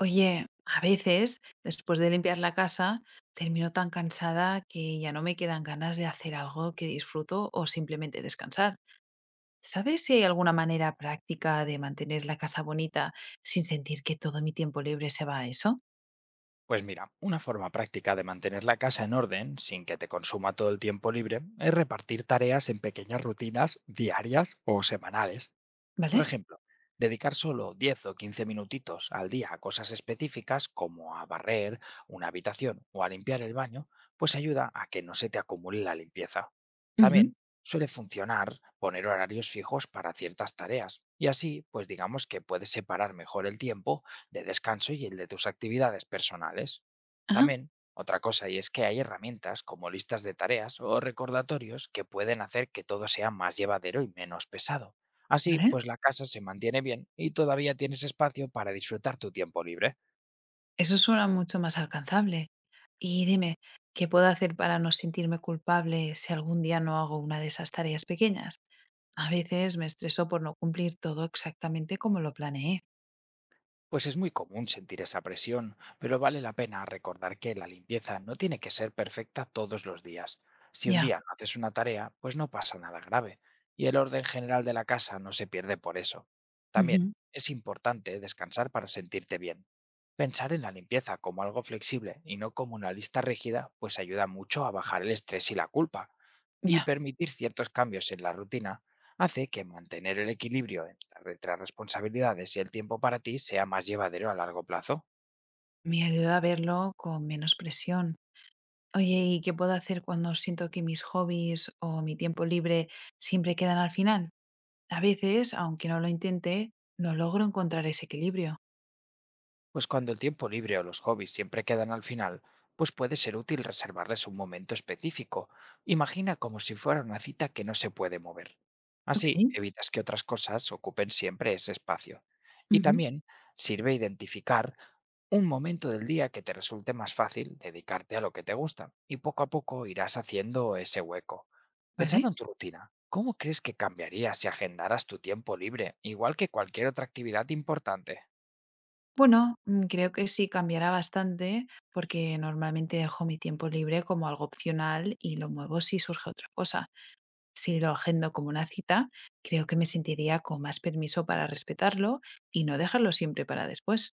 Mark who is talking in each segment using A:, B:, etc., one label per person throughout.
A: Oye, a veces, después de limpiar la casa, termino tan cansada que ya no me quedan ganas de hacer algo que disfruto o simplemente descansar. ¿Sabes si hay alguna manera práctica de mantener la casa bonita sin sentir que todo mi tiempo libre se va a eso?
B: Pues mira, una forma práctica de mantener la casa en orden sin que te consuma todo el tiempo libre es repartir tareas en pequeñas rutinas diarias o semanales. Por
A: ¿Vale?
B: ejemplo, dedicar solo 10 o 15 minutitos al día a cosas específicas como a barrer una habitación o a limpiar el baño, pues ayuda a que no se te acumule la limpieza.
A: Ujú.
B: También suele funcionar poner horarios fijos para ciertas tareas y así, pues digamos que puedes separar mejor el tiempo de descanso y el de tus actividades personales.
A: Ajá.
B: También, otra cosa, y es que hay herramientas como listas de tareas o recordatorios que pueden hacer que todo sea más llevadero y menos pesado. Así,
A: ¿Vale?
B: pues la casa se mantiene bien y todavía tienes espacio para disfrutar tu tiempo libre.
A: Eso suena mucho más alcanzable. Y dime, ¿qué puedo hacer para no sentirme culpable si algún día no hago una de esas tareas pequeñas? A veces me estreso por no cumplir todo exactamente como lo planeé.
B: Pues es muy común sentir esa presión, pero vale la pena recordar que la limpieza no tiene que ser perfecta todos los días. Si un
A: Ya.
B: día no haces una tarea, pues no pasa nada grave, y el orden general de la casa no se pierde por eso.
A: Ujú.
B: También es importante descansar para sentirte bien. Pensar en la limpieza como algo flexible y no como una lista rígida, pues ayuda mucho a bajar el estrés y la culpa, y
A: Ya.
B: permitir ciertos cambios en la rutina hace que mantener el equilibrio entre las responsabilidades y el tiempo para ti sea más llevadero a largo plazo.
A: Me ayuda a verlo con menos presión. Oye, ¿y qué puedo hacer cuando siento que mis hobbies o mi tiempo libre siempre quedan al final? A veces, aunque no lo intente, no logro encontrar ese equilibrio.
B: Pues cuando el tiempo libre o los hobbies siempre quedan al final, pues puede ser útil reservarles un momento específico. Imagina como si fuera una cita que no se puede mover.
A: Ok.
B: Así evitas que otras cosas ocupen siempre ese espacio. Y
A: Ujú.
B: también sirve identificar un momento del día que te resulte más fácil dedicarte a lo que te gusta, y poco a poco irás haciendo ese hueco. Pensando
A: ¿Vale?
B: en tu rutina, ¿cómo crees que cambiaría si agendaras tu tiempo libre igual que cualquier otra actividad importante?
A: Bueno, creo que sí cambiará bastante porque normalmente dejo mi tiempo libre como algo opcional y lo muevo si surge otra cosa. Si lo agendo como una cita, creo que me sentiría con más permiso para respetarlo y no dejarlo siempre para después.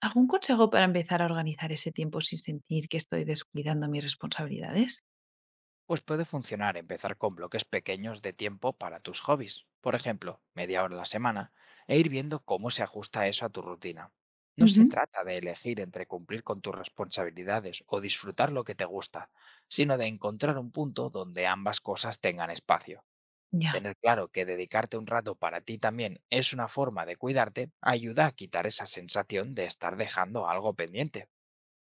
A: ¿Algún consejo para empezar a organizar ese tiempo sin sentir que estoy descuidando mis responsabilidades?
B: Pues puede funcionar empezar con bloques pequeños de tiempo para tus hobbies, por ejemplo, media hora a la semana, e ir viendo cómo se ajusta eso a tu rutina. No se
A: Ujú.
B: trata de elegir entre cumplir con tus responsabilidades o disfrutar lo que te gusta, sino de encontrar un punto donde ambas cosas tengan espacio.
A: Ya.
B: Tener claro que dedicarte un rato para ti también es una forma de cuidarte ayuda a quitar esa sensación de estar dejando algo pendiente.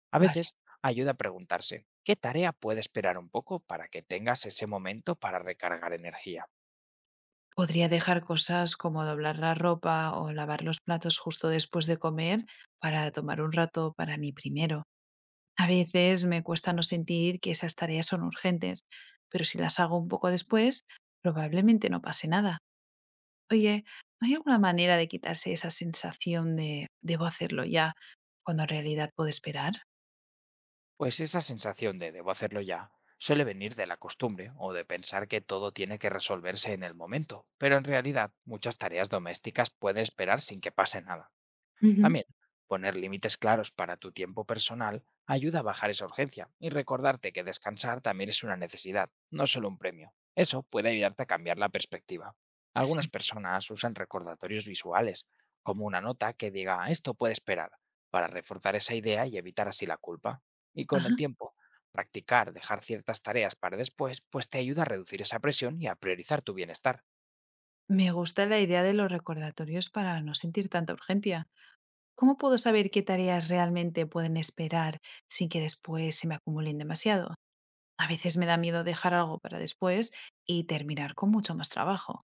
B: A
A: Vale.
B: veces ayuda a preguntarse, ¿qué tarea puede esperar un poco para que tengas ese momento para recargar energía?
A: Podría dejar cosas como doblar la ropa o lavar los platos justo después de comer para tomar un rato para mí primero. A veces me cuesta no sentir que esas tareas son urgentes, pero si las hago un poco después, probablemente no pase nada. Oye, ¿hay alguna manera de quitarse esa sensación de debo hacerlo ya cuando en realidad puedo esperar?
B: Pues esa sensación de debo hacerlo ya suele venir de la costumbre o de pensar que todo tiene que resolverse en el momento, pero en realidad muchas tareas domésticas pueden esperar sin que pase nada.
A: Ujú.
B: También, poner límites claros para tu tiempo personal ayuda a bajar esa urgencia y recordarte que descansar también es una necesidad, no solo un premio. Eso puede ayudarte a cambiar la perspectiva. Algunas
A: Sí.
B: personas usan recordatorios visuales, como una nota que diga "Ah, esto puede esperar", para reforzar esa idea y evitar así la culpa. Y con
A: Ajá.
B: el tiempo, practicar dejar ciertas tareas para después, pues te ayuda a reducir esa presión y a priorizar tu bienestar.
A: Me gusta la idea de los recordatorios para no sentir tanta urgencia. ¿Cómo puedo saber qué tareas realmente pueden esperar sin que después se me acumulen demasiado? A veces me da miedo dejar algo para después y terminar con mucho más trabajo.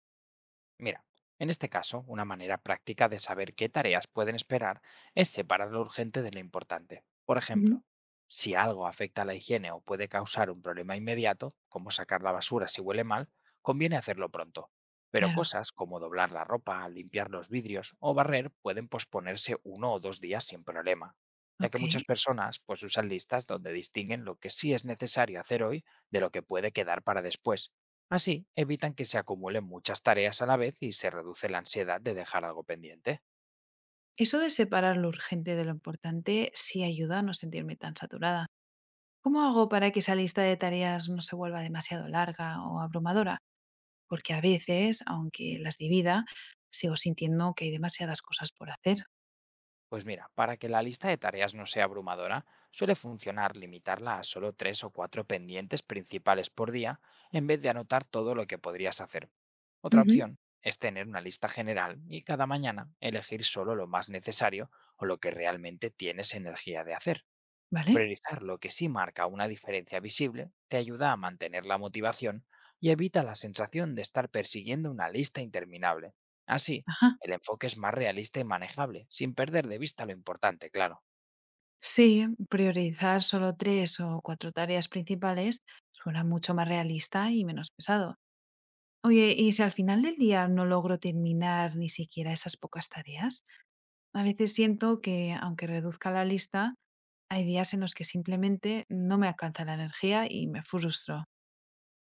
B: Mira, en este caso, una manera práctica de saber qué tareas pueden esperar es separar lo urgente de lo importante. Por
A: Ujú.
B: ejemplo, si algo afecta a la higiene o puede causar un problema inmediato, como sacar la basura si huele mal, conviene hacerlo pronto. Pero
A: Claro,
B: cosas como doblar la ropa, limpiar los vidrios o barrer pueden posponerse 1 o 2 días sin problema, ya que
A: ok.
B: muchas personas pues usan listas donde distinguen lo que sí es necesario hacer hoy de lo que puede quedar para después. Así, evitan que se acumulen muchas tareas a la vez y se reduce la ansiedad de dejar algo pendiente.
A: Eso de separar lo urgente de lo importante sí ayuda a no sentirme tan saturada. ¿Cómo hago para que esa lista de tareas no se vuelva demasiado larga o abrumadora? Porque a veces, aunque las divida, sigo sintiendo que hay demasiadas cosas por hacer.
B: Pues mira, para que la lista de tareas no sea abrumadora, suele funcionar limitarla a solo tres o cuatro pendientes principales por día, en vez de anotar todo lo que podrías hacer. Otra
A: Ujú.
B: opción es tener una lista general y cada mañana elegir solo lo más necesario o lo que realmente tienes energía de hacer.
A: ¿Vale?
B: Priorizar lo que sí marca una diferencia visible te ayuda a mantener la motivación y evita la sensación de estar persiguiendo una lista interminable. Así,
A: Ajá.
B: el enfoque es más realista y manejable, sin perder de vista lo importante, claro.
A: Sí, priorizar solo tres o cuatro tareas principales suena mucho más realista y menos pesado. Oye, ¿y si al final del día no logro terminar ni siquiera esas pocas tareas? A veces siento que, aunque reduzca la lista, hay días en los que simplemente no me alcanza la energía y me frustro.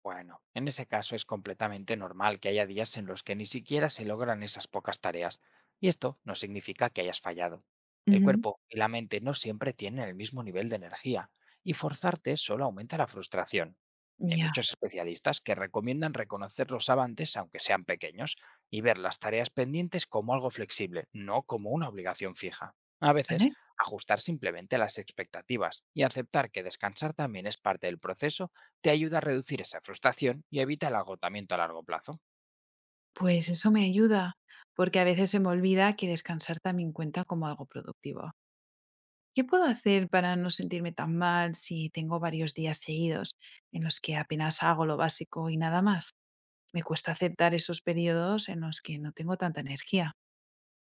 B: Bueno, en ese caso es completamente normal que haya días en los que ni siquiera se logran esas pocas tareas, y esto no significa que hayas fallado. El
A: Ujú.
B: cuerpo y la mente no siempre tienen el mismo nivel de energía, y forzarte solo aumenta la frustración. Hay
A: Ya.
B: muchos especialistas que recomiendan reconocer los avances, aunque sean pequeños, y ver las tareas pendientes como algo flexible, no como una obligación fija. A veces,
A: Vale.
B: ajustar simplemente las expectativas y aceptar que descansar también es parte del proceso te ayuda a reducir esa frustración y evita el agotamiento a largo plazo.
A: Pues eso me ayuda, porque a veces se me olvida que descansar también cuenta como algo productivo. ¿Qué puedo hacer para no sentirme tan mal si tengo varios días seguidos en los que apenas hago lo básico y nada más? Me cuesta aceptar esos periodos en los que no tengo tanta energía.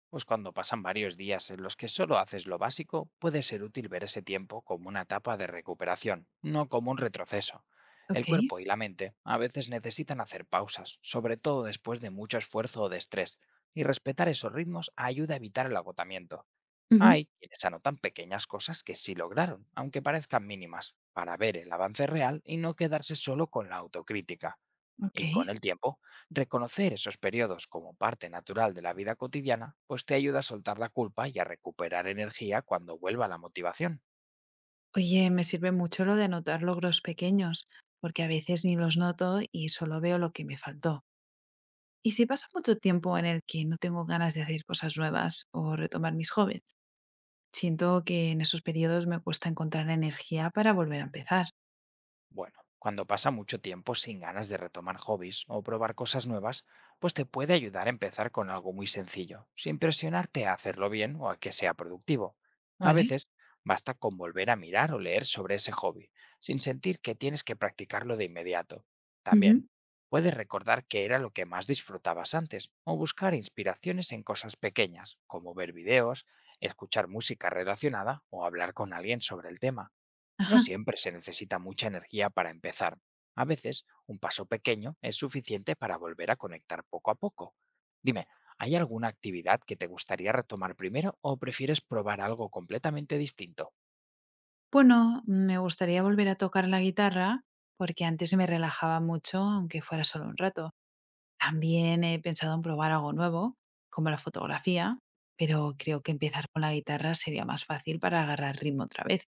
B: Pues cuando pasan varios días en los que solo haces lo básico, puede ser útil ver ese tiempo como una etapa de recuperación, no como un retroceso. El
A: Ok.
B: cuerpo y la mente a veces necesitan hacer pausas, sobre todo después de mucho esfuerzo o de estrés, y respetar esos ritmos ayuda a evitar el agotamiento.
A: Ujú.
B: Hay quienes anotan pequeñas cosas que sí lograron, aunque parezcan mínimas, para ver el avance real y no quedarse solo con la autocrítica.
A: Ok.
B: Y con el tiempo, reconocer esos periodos como parte natural de la vida cotidiana, pues te ayuda a soltar la culpa y a recuperar energía cuando vuelva la motivación.
A: Oye, me sirve mucho lo de anotar logros pequeños, porque a veces ni los noto y solo veo lo que me faltó. Y si pasa mucho tiempo en el que no tengo ganas de hacer cosas nuevas o retomar mis hobbies, siento que en esos periodos me cuesta encontrar energía para volver a empezar.
B: Bueno, cuando pasa mucho tiempo sin ganas de retomar hobbies o probar cosas nuevas, pues te puede ayudar a empezar con algo muy sencillo, sin presionarte a hacerlo bien o a que sea productivo. A
A: ¿Vale?
B: veces basta con volver a mirar o leer sobre ese hobby, sin sentir que tienes que practicarlo de inmediato.
A: Ujú.
B: También puedes recordar qué era lo que más disfrutabas antes o buscar inspiraciones en cosas pequeñas, como ver videos, escuchar música relacionada o hablar con alguien sobre el tema. No
A: Ajá.
B: siempre se necesita mucha energía para empezar. A veces, un paso pequeño es suficiente para volver a conectar poco a poco. Dime, ¿hay alguna actividad que te gustaría retomar primero o prefieres probar algo completamente distinto?
A: Bueno, me gustaría volver a tocar la guitarra porque antes me relajaba mucho, aunque fuera solo un rato. También he pensado en probar algo nuevo, como la fotografía, pero creo que empezar con la guitarra sería más fácil para agarrar ritmo otra vez.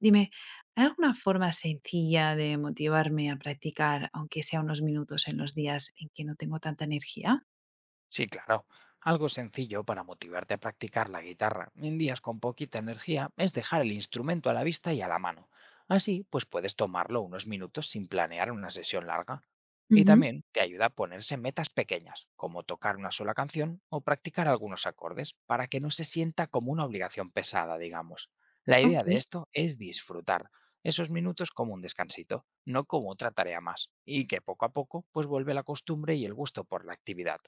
A: Dime, ¿hay alguna forma sencilla de motivarme a practicar, aunque sea unos minutos en los días en que no tengo tanta energía?
B: Sí, claro. Algo sencillo para motivarte a practicar la guitarra en días con poquita energía es dejar el instrumento a la vista y a la mano. Así, pues puedes tomarlo unos minutos sin planear una sesión larga. Y
A: Ujú.
B: también te ayuda a ponerse metas pequeñas, como tocar una sola canción o practicar algunos acordes, para que no se sienta como una obligación pesada, digamos. La
A: Ok,
B: idea de esto es disfrutar esos minutos como un descansito, no como otra tarea más, y que poco a poco pues vuelve la costumbre y el gusto por la actividad.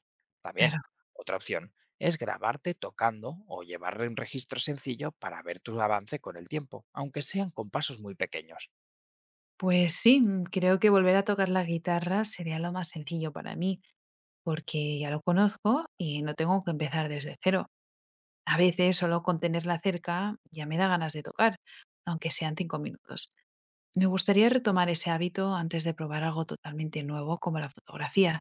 A: claro.
B: También, otra opción es grabarte tocando o llevar un registro sencillo para ver tu avance con el tiempo, aunque sean con pasos muy pequeños.
A: Pues sí, creo que volver a tocar la guitarra sería lo más sencillo para mí, porque ya lo conozco y no tengo que empezar desde cero. A veces solo con tenerla cerca ya me da ganas de tocar, aunque sean 5 minutos. Me gustaría retomar ese hábito antes de probar algo totalmente nuevo como la fotografía.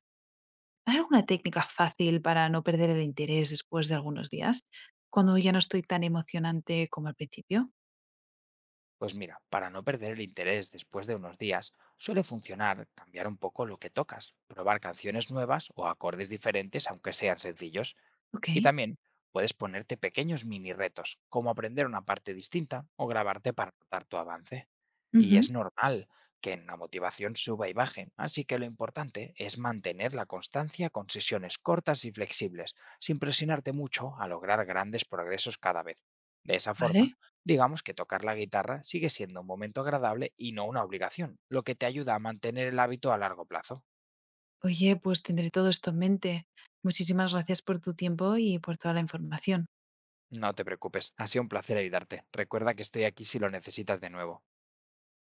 A: ¿Hay alguna técnica fácil para no perder el interés después de algunos días? Cuando ya no estoy tan emocionante como al principio.
B: Pues mira, para no perder el interés después de unos días, suele funcionar cambiar un poco lo que tocas, probar canciones nuevas o acordes diferentes aunque sean sencillos.
A: Ok.
B: Y también puedes ponerte pequeños mini retos, como aprender una parte distinta o grabarte para notar tu avance. Y
A: Ujú.
B: es normal que la motivación suba y baje, así que lo importante es mantener la constancia con sesiones cortas y flexibles, sin presionarte mucho a lograr grandes progresos cada vez. De esa
A: Vale.
B: forma, digamos que tocar la guitarra sigue siendo un momento agradable y no una obligación, lo que te ayuda a mantener el hábito a largo plazo.
A: Oye, pues tendré todo esto en mente. Muchísimas gracias por tu tiempo y por toda la información.
B: No te preocupes, ha sido un placer ayudarte. Recuerda que estoy aquí si lo necesitas de nuevo.